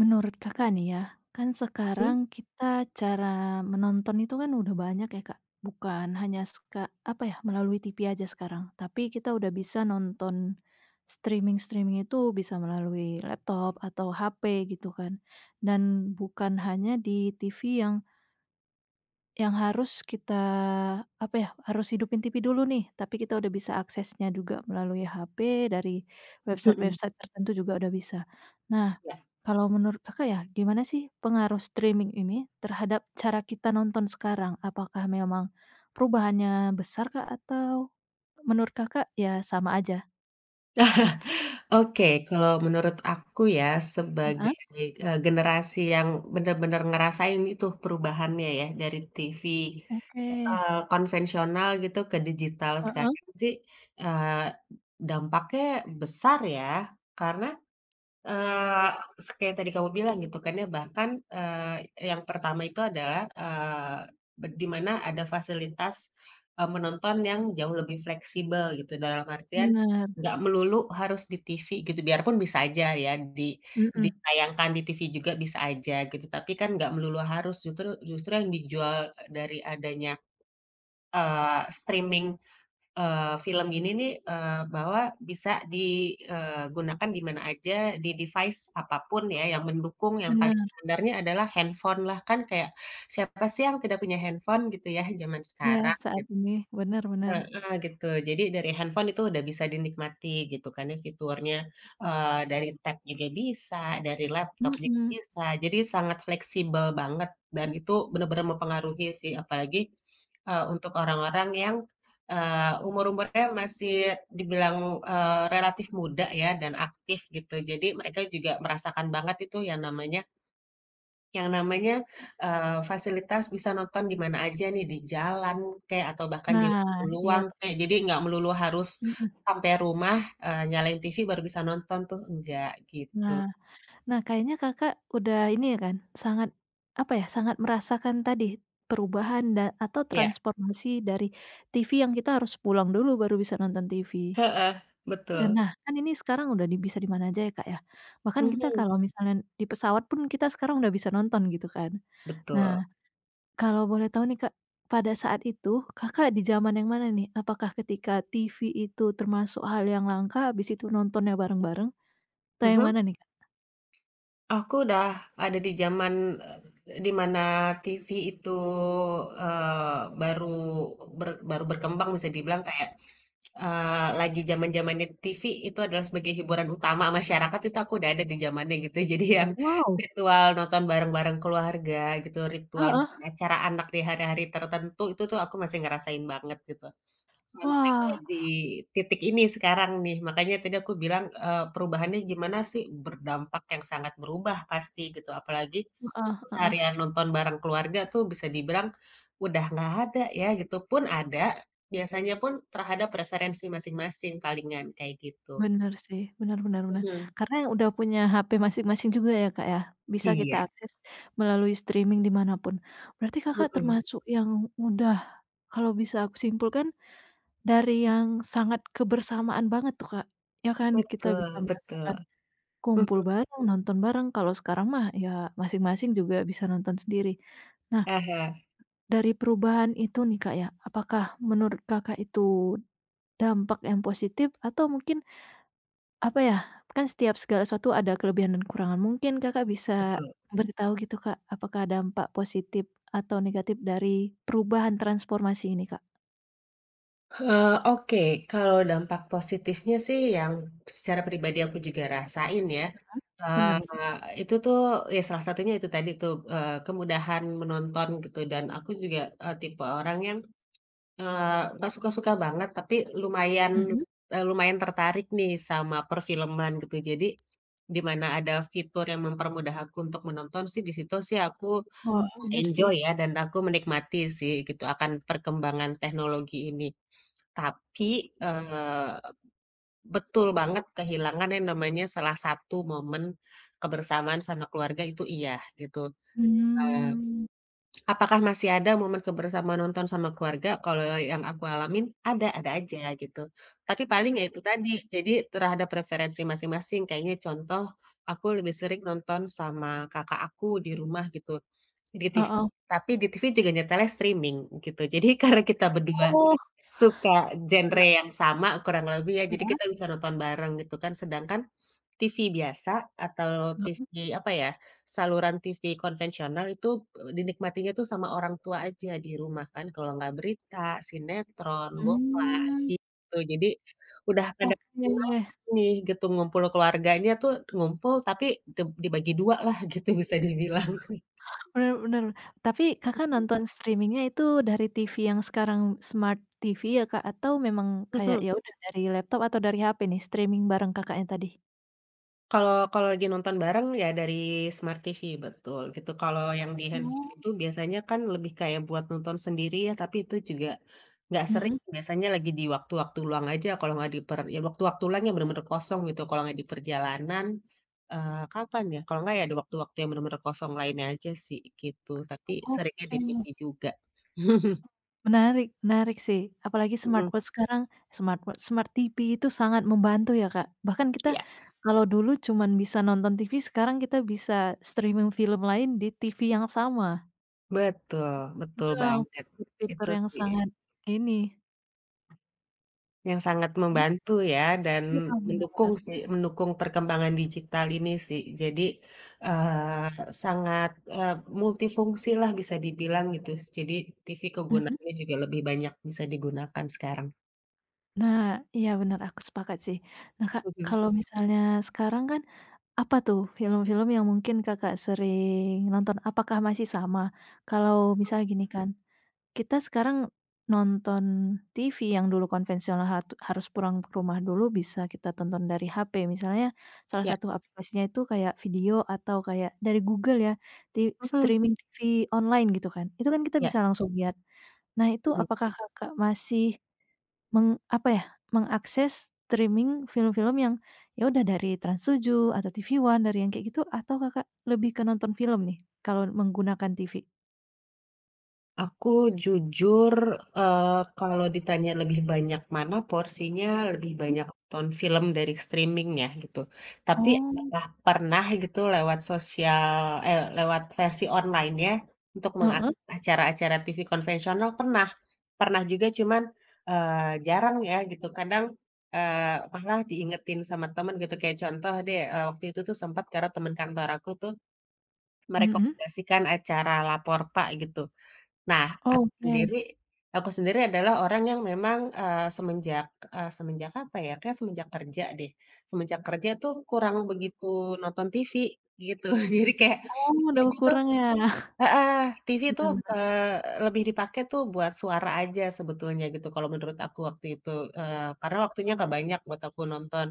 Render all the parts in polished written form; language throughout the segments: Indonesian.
Menurut Kakak nih ya, kan sekarang kita cara menonton itu kan udah banyak ya Kak, bukan hanya apa ya, melalui TV aja sekarang, tapi kita udah bisa nonton streaming-streaming itu bisa melalui laptop atau HP gitu kan, dan bukan hanya di TV yang harus kita, apa ya, harus hidupin TV dulu nih, tapi kita udah bisa aksesnya juga melalui HP, dari Mhm. website-website tertentu juga udah bisa. Nah, Ya. kalau menurut Kakak ya, gimana sih pengaruh streaming ini terhadap cara kita nonton sekarang? Apakah memang perubahannya besar Kak, atau menurut Kakak ya sama aja? Oke, kalau menurut aku ya, sebagai, Heeh, generasi yang benar-benar ngerasain itu perubahannya ya, dari TV, oke. Konvensional gitu ke digital Heeh, sekarang sih, eee, dampaknya besar ya, karena Eee, s kayak tadi kamu bilang gitu kan ya, bahkan, yang pertama itu adalah, eee, be di mana ada fasilitas, menonton yang jauh lebih fleksibel gitu, dalam artian bener, nggak melulu harus di TV gitu, biarpun bisa aja ya mhm, ditayangkan di TV juga bisa aja gitu, tapi kan nggak melulu harus, justru justru yang dijual dari adanya, streaming film ini nih, bahwa bisa digunakan di mana aja, di device apapun ya yang mendukung, yang paling bener, standarnya adalah handphone lah, kan kayak siapa sih yang tidak punya handphone gitu ya zaman iya sekarang, saat gitu. ini, bener bener, Heeh, gitu. Jadi dari handphone itu udah bisa dinikmati gitu kan ya fiturnya, dari tab juga bisa, dari laptop juga mhm. bisa, jadi sangat fleksibel banget dan itu bener-bener mempengaruhi sih apalagi, untuk orang-orang yang, umur-umurnya masih dibilang, relatif muda ya dan aktif gitu. Jadi mereka juga merasakan banget itu yang namanya, yang namanya, fasilitas bisa nonton di mana aja nih, di jalan kek, atau bahkan di Nah, waktu iya luang tuh kek, Kak, jadi nggak melulu harus mhm. sampai rumah, nyalain TV baru bisa nonton tuh, enggak, gitu. Nah nah kayaknya Kakak udah ini ya kan, sangat, apa ya, sangat merasakan tadi perubahan dan atau Iya. transformasi dari TV yang kita harus pulang dulu baru bisa nonton TV. Heeh, betul. Nah kan ini sekarang udah bisa di mana aja ya, Kak, ya. Bahkan kita Mhm, kalau misalnya di pesawat pun kita sekarang udah bisa nonton gitu kan. betul. Nah kalau boleh tahu nih, Kak, pada saat itu Kakak di zaman yang mana nih? Apakah ketika TV itu termasuk hal yang langka, habis itu nontonnya bareng-bareng, atau yang Mhm. mana nih, Kak? Aku udah ada di zaman, di mana TV itu, baru baru berkembang bisa dibilang kayak lagi zaman-zamannya TV itu adalah sebagai hiburan utama masyarakat itu aku udah ada di zamannya gitu. Jadi yang Mhm. Wow, ritual nonton bareng-bareng keluarga gitu, ritual misalkan acara anak di hari-hari tertentu itu tuh aku masih ngerasain banget gitu. Sampai Wah, di titik ini sekarang nih, makanya tadi aku bilang, perubahannya gimana sih? Berdampak yang sangat berubah pasti gitu, apalagi heeh heeh, keseharian nonton bareng keluarga tuh bisa dibilang udah nggak ada ya gitu, pun ada, biasanya pun terhadap preferensi masing-masing palingan, kayak gitu. bener sih, bener bener bener. Mhm. Karena yang udah punya HP masing-masing juga ya, Kak, ya, bisa kita Iya. akses melalui streaming di mana pun. Berarti Kakak Mhm, termasuk yang udah kalau bisa aku simpulkan dari yang sangat kebersamaan banget tuh, Kak, ya kan? Kita betul bisa betul. merasakan Mhm. kumpul bareng, nonton bareng, kalau sekarang mah ya masing-masing juga bisa nonton sendiri. Nah, Ah hah. dari perubahan itu nih, Kak, ya, apakah menurut Kakak itu dampak yang positif atau mungkin apa ya, kan setiap segala sesuatu ada kelebihan dan kekurangan. Mungkin Kakak bisa Betul. Mhm. beritahu gitu, Kak, apakah dampak positif atau negatif dari perubahan transformasi ini, Kak? Oke, kalau dampak positifnya sih yang secara pribadi aku juga rasain ya, Bener loh. itu tuh ya salah satunya itu tadi tuh, kemudahan menonton gitu dan aku juga, tipe orang yang nggak suka-suka banget, tapi lumayan, Mhm. Lumayan tertarik nih sama perfilman gitu. Jadi, di mana ada fitur yang mempermudah aku untuk menonton sih, di situ sih aku Wah, bener sih. enjoy ya dan aku menikmati sih gitu akan perkembangan teknologi ini. Tapi, eee, betul banget kehilangan yang namanya salah satu momen kebersamaan sama keluarga itu iya gitu, eee Mmm. apakah masih ada momen kebersamaan nonton sama keluarga? Kalau yang aku alamin ada aja gitu. Tapi paling ya itu tadi, jadi terhadap preferensi masing-masing. Kayaknya contoh, aku lebih sering nonton sama kakak aku di rumah gitu, di TV. Heeh. Tapi di TV juga nyetelnya streaming gitu. Jadi karena kita berdua Oh. suka genre Gila, yang sama kurang lebih ya, jadi heeh? kita bisa nonton bareng gitu kan. Sedangkan TV biasa atau Heeh, TV, apa ya, saluran TV konvensional itu, dinikmatinya tuh sama orang tua aja di rumah kan, kalau nggak berita, sinetron, bola, mmm. gitu. Jadi udah pada Oke, senang nih gitu, ngumpul keluarganya tuh ngumpul tapi dibagi 2 lah gitu bisa dibilang. bener bener. Tapi Kakak nonton streaming-nya itu dari TV yang sekarang smart TV ya, Kak? Atau memang kayak Mhm. ya udah dari laptop atau dari HP nih streaming bareng Kakaknya tadi? Kalau kalau lagi nonton bareng ya dari smart TV, betul gitu. Kalau yang di Oh. handphone Oh. itu biasanya kan lebih kayak buat nonton sendiri ya, tapi itu juga nggak sering, Mhm. biasanya lagi di waktu-waktu luang aja kalau nggak di per ya waktu-waktu luang yang bener-bener kosong gitu, kalau nggak di perjalanan, kapan ya, kalau nggak ya di waktu-waktu yang bener-bener kosong lainnya aja sih gitu, tapi seringnya di TV Oke, juga. menarik menarik sih, apalagi Mhm, smartwatch sekarang, smartwatch, smart TV itu sangat membantu ya, Kak. Bahkan kita iya, kalau dulu cuman bisa nonton TV, sekarang kita bisa streaming film lain di TV yang sama. betul betul Itu banget, fitur itu yang sih. sangat ini Yang sangat ben membantu ya dan heeh, bener mendukung bener, sih, mendukung perkembangan digital ini sih. Jadi, eee, sangat, eh, multifungsi lah bisa dibilang gitu. Jadi TV mhm. kegunaannya juga lebih banyak bisa digunakan sekarang. Nah, iya benar. Aku sepakat sih. Nah, Kak, Mhm, kalau misalnya sekarang kan apa tuh film-film yang mungkin Kakak sering nonton? Apakah masih sama? Kalau misal gini kan kita sekarang nonton TV yang dulu konvensional harus pulang ke rumah dulu bisa kita tonton dari HP. Misalnya salah ya, satu aplikasinya itu kayak video atau kayak dari Google ya, ti mhm, streaming TV online gitu kan. Itu kan kita ya, bisa langsung lihat. Nah itu mhm. apakah Kakak masih meng apa ya, mengakses streaming film-film yang ya udah dari Trans7 atau TV One dari yang kayak gitu atau Kakak lebih ke nonton film nih kalau menggunakan TV? Aku jujur, kalau ditanya lebih banyak mana porsinya, lebih Mmm. banyak nonton film dari streaming ya, gitu. Tapi Oh, apakah pernah gitu lewat versi online ya untuk heeh, mengakses acara-acara TV konvensional? Pernah. Pernah juga cuman, jarang ya gitu. Kadang, malah diingetin sama temen gitu, kayak contoh deh, waktu itu tuh sempat karena temen kantor aku tuh mhm. merekomendasikan acara Lapor Pak gitu. Nah, aku Oke. sendiri aku sendiri adalah orang yang memang, semenjak apa ya, kayaknya semenjak kerja deh. Semenjak kerja tuh kurang begitu nonton TV, gitu. Jadi kayak Oh, udah kayaknya tuh berkurang ya? heeh, TV Bener tuh, bener. Lebih dipakai tuh buat suara aja sebetulnya gitu kalau menurut aku waktu itu, karena waktunya nggak banyak buat aku nonton.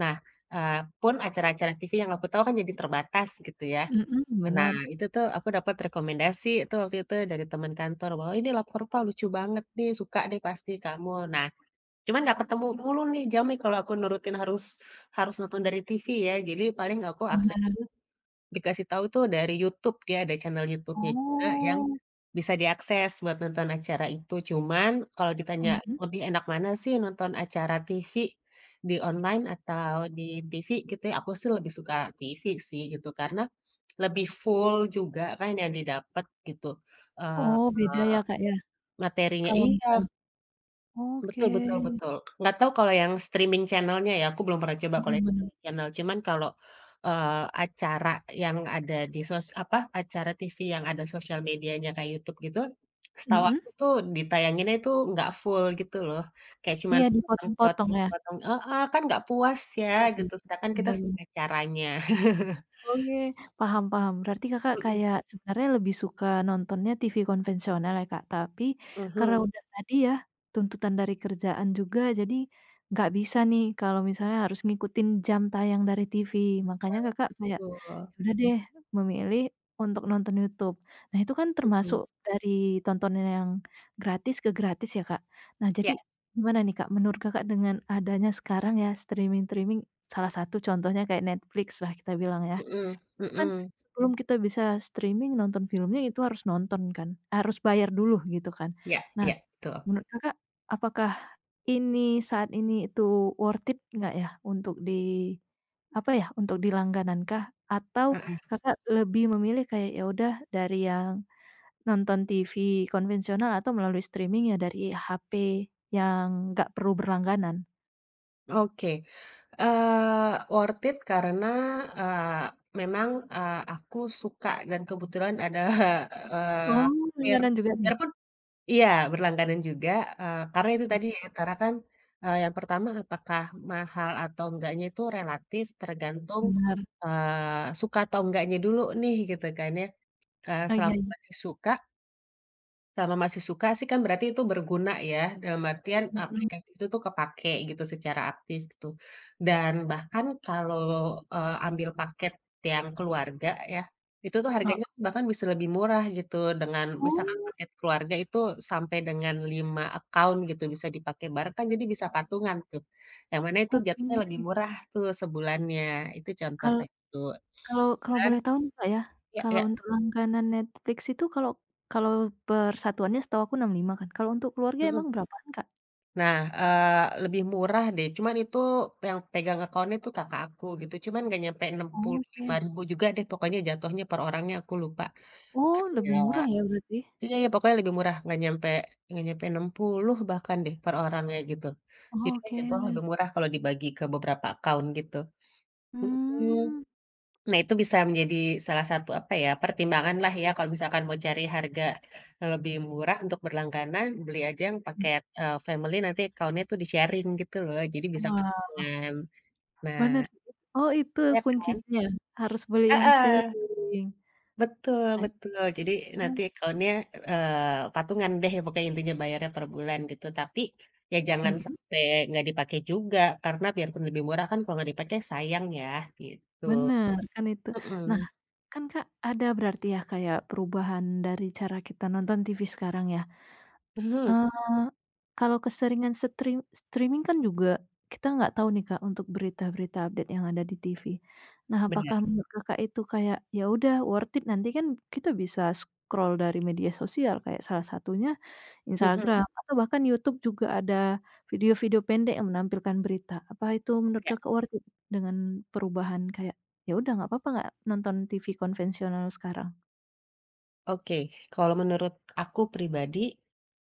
Nah, pun acara-acara TV yang aku tahu kan jadi terbatas gitu ya. Mhm, Nah, bener itu tuh aku dapat rekomendasi tuh waktu itu dari teman kantor bahwa, "Oh, "Ini Lapor Pak lucu banget nih, suka deh pasti kamu." Nah, cuman nggak ketemu mulu nih jamnya kalau aku nurutin harus harus nonton dari TV ya. Jadi paling aku akses bener. dikasih tahu tuh dari YouTube, dia ada channel YouTube-nya juga yang Oh. bisa diakses buat nonton acara itu. Cuman kalau ditanya Mhm. lebih enak mana sih nonton acara TV di online atau di TV gitu ya, aku sih lebih suka TV sih gitu, karena lebih full juga kan yang didapat gitu, eee, Oh, beda ya, Kak, ya, materinya kalau iya misalnya oke, betul betul betul. Nggak tahu kalau yang streaming channel-nya ya, aku belum pernah coba kalau mhm, yang bener. streaming channel. Cuman kalau, eee, acara yang ada acara TV yang ada sosial medianya kayak YouTube gitu, setahu Mhm? aku tuh ditayanginnya itu nggak full gitu loh. Kayak cuman Iya, dipotong-potong ya? sepotong heeh, kan nggak puas ya Iya sih, gitu, sedangkan kita bener suka bener. acaranya. Oke, paham paham. Berarti Kakak Mhm, kayak sebenarnya lebih suka nontonnya TV konvensional ya, Kak, tapi karena mhm. udah tadi ya, tuntutan dari kerjaan juga, jadi nggak bisa nih kalau misalnya harus ngikutin jam tayang dari TV. Makanya Kakak kayak, Betul, ya udah deh memilih untuk nonton YouTube. Nah, itu kan mhm, termasuk dari tontonan yang gratis ke gratis ya, Kak. Nah, ya, jadi gimana nih, Kak, menurut Kakak dengan adanya sekarang ya streaming-streaming, salah satu contohnya kayak Netflix lah kita bilang ya. mhm Itu kan mhm, sebelum kita bisa streaming nonton filmnya itu harus nonton kan, harus bayar dulu gitu kan. ya Nah ya, betul. menurut Kakak, apakah ini saat ini itu worth it nggak ya untuk apa ya, untuk dilangganankah? Atau Heeh, Kakak lebih memilih kayak ya udah dari yang nonton TV konvensional atau melalui streaming ya dari HP yang nggak perlu berlangganan? oke. Worth it karena, eee, memang, aku suka dan kebetulan ada, Oh, supir. langganan juga nih? Biarpun iya, berlangganan juga, karena itu Iya, tadi ya, karena kan, yang pertama apakah mahal atau enggaknya itu relatif tergantung, benar. Suka atau enggaknya dulu nih gitu kan ya. Oh iya Selama iya, masih suka sih kan berarti itu berguna ya, dalam artian mhm, aplikasi itu tuh kepake gitu secara aktif gitu. Dan bahkan kalau, ambil paket yang keluarga ya, itu tuh heeh. harganya bahkan bisa lebih murah gitu dengan misalkan Oh, paket keluarga itu sampai dengan 5 account gitu bisa dipakai bareng kan jadi bisa patungan tuh, yang mana itu jatuhnya lebih oke. murah tuh sebulannya, itu contoh Kalau satu kalau kalau dan boleh tahu nih, Kak, ya, ya kalau ya, untuk langganan Netflix itu kalau kalau persatuannya setahu aku 65 kan, kalau untuk keluarga mhm. emang berapaan, Kak? Nah, lebih murah deh, cuman itu yang pegang account-nya tuh kakak aku gitu, cuman nggak nyampe enam puluh Oh, oke. lima ribu juga deh pokoknya jatuhnya per orangnya, aku lupa. Oh, lebih Iya murah ya berarti? iya iya, pokoknya lebih murah, nggak nyampe 60 bahkan deh per orangnya gitu. Oh, Jadinya oke. jatuhnya lebih murah kalau dibagi ke beberapa account gitu, mhm. Mmm, Nah, itu bisa menjadi salah satu, apa ya, pertimbangan lah ya kalau misalkan mau cari harga lebih murah untuk berlangganan, beli aja yang mhm, paket, family nanti account-nya tuh di-sharing gitu loh, jadi bisa wow, ketemuan. Nah, bener sih. Oh, itu ya kan? kuncinya, harus beli yang Heeh, sharing betul kan. betul. Jadi nanti account-nya, patungan deh pokoknya intinya bayarnya per bulan gitu, tapi ya jangan Mhm, sampai nggak dipakai juga, karena biarpun lebih murah kan kalau nggak dipakai sayang ya, gitu. bener, kan itu. Nah, Mhm. kan, Kak, ada berarti ya kayak perubahan dari cara kita nonton TV sekarang ya, Mhm, eee kalau keseringan streaming kan juga kita nggak tahu nih Kak untuk berita-berita update yang ada di TV. Nah, apakah bener. menurut Kakak itu kayak, ya udah worth it nanti kan kita bisa scroll dari media sosial kayak salah satunya Mhm. Instagram atau bahkan YouTube juga ada video-video pendek yang menampilkan berita. Apa itu menurut Kakak worth it dengan perubahan kayak, ya udah nggak apa-apa nggak nonton TV konvensional sekarang? Oke, kalau menurut aku pribadi,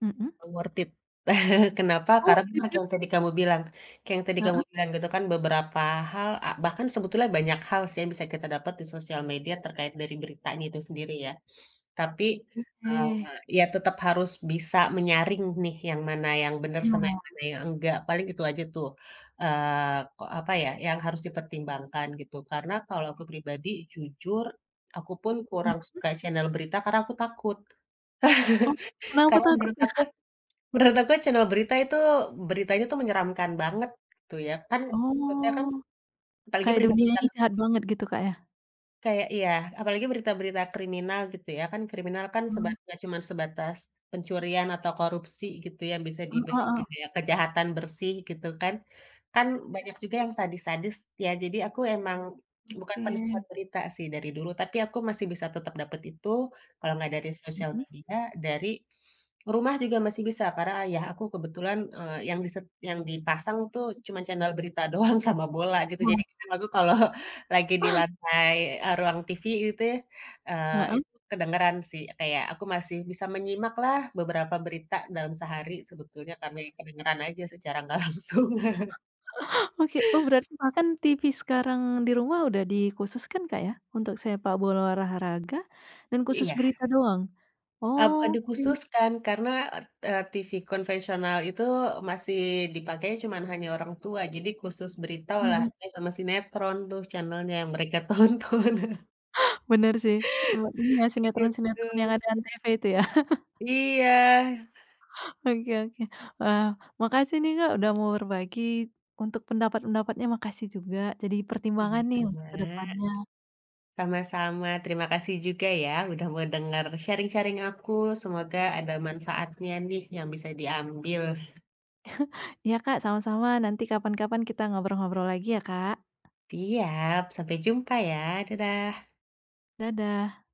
Mhm. worth it. Kenapa? Oh, Karena worth kan it kayak ya? yang tadi kamu bilang Heeh, gitu kan beberapa hal, bahkan sebetulnya banyak hal sih yang bisa kita dapat di sosial media terkait dari beritanya itu sendiri ya. Tapi, oke. eee, ya tetap harus bisa menyaring nih yang mana yang benar sama Nah, yang mana yang enggak, paling itu aja tuh, eee, ko apa ya, yang harus dipertimbangkan gitu. Karena kalau aku pribadi jujur, aku pun mhm, kurang suka channel berita karena aku takut. oh, kenapa Karena takut? Menurut aku channel berita itu, beritanya tuh menyeramkan banget gitu ya kan, maksudnya kan Oh, apalagi kayak dunia berita-berita ini jahat banget gitu, Kak, ya? kayak iya, apalagi berita-berita kriminal gitu ya kan, kriminal kan Mmm, sebat nggak cuman sebatas pencurian atau korupsi gitu yang bisa heeh dibilang heeh. kayak kejahatan bersih gitu kan. Kan banyak juga yang sadis-sadis ya, jadi aku emang bukan penikmat Oke, berita sih dari dulu, tapi aku masih bisa tetap dapet itu, kalau nggak dari sosial mhm. media, dari rumah juga masih bisa, karena ayah aku kebetulan, yang dipasang tuh cuman channel berita doang sama bola gitu. Jadi Wah, kadang aku kalau lagi di lantai, ruang TV gitu ya, heeh. itu kedengeran sih, kayak aku masih bisa menyimak lah beberapa berita dalam sehari sebetulnya karena ya kedengeran aja secara nggak langsung. Oke, oh berarti bahkan TV sekarang di rumah udah dikhususkan, Kak, ya? Untuk sepak bola olahraga dan khusus Iya. berita doang? Bukan Oke, dikhususkan karena, eee TV konvensional itu masih dipakainya cuman hanya orang tua, jadi khusus berita, mhm, olahraga, sama sinetron tuh channel-nya yang mereka tonton, bener sih, ini ya sinetron-sinetron yang gitu. ada ANTV itu ya? Iya, Oke oke. Wah, makasih nih, Kak, udah mau berbagi untuk pendapat-pendapatnya, makasih juga jadi pertimbangan nih untuk sama-sama ke depannya. sama-sama, terima kasih juga ya udah mau denger sharing-sharing aku, semoga ada manfaatnya nih yang bisa diambil. Iya Kak, sama-sama. Nanti kapan-kapan kita ngobrol-ngobrol lagi ya Kak. Siap, sampai jumpa ya, dadah. Dadah.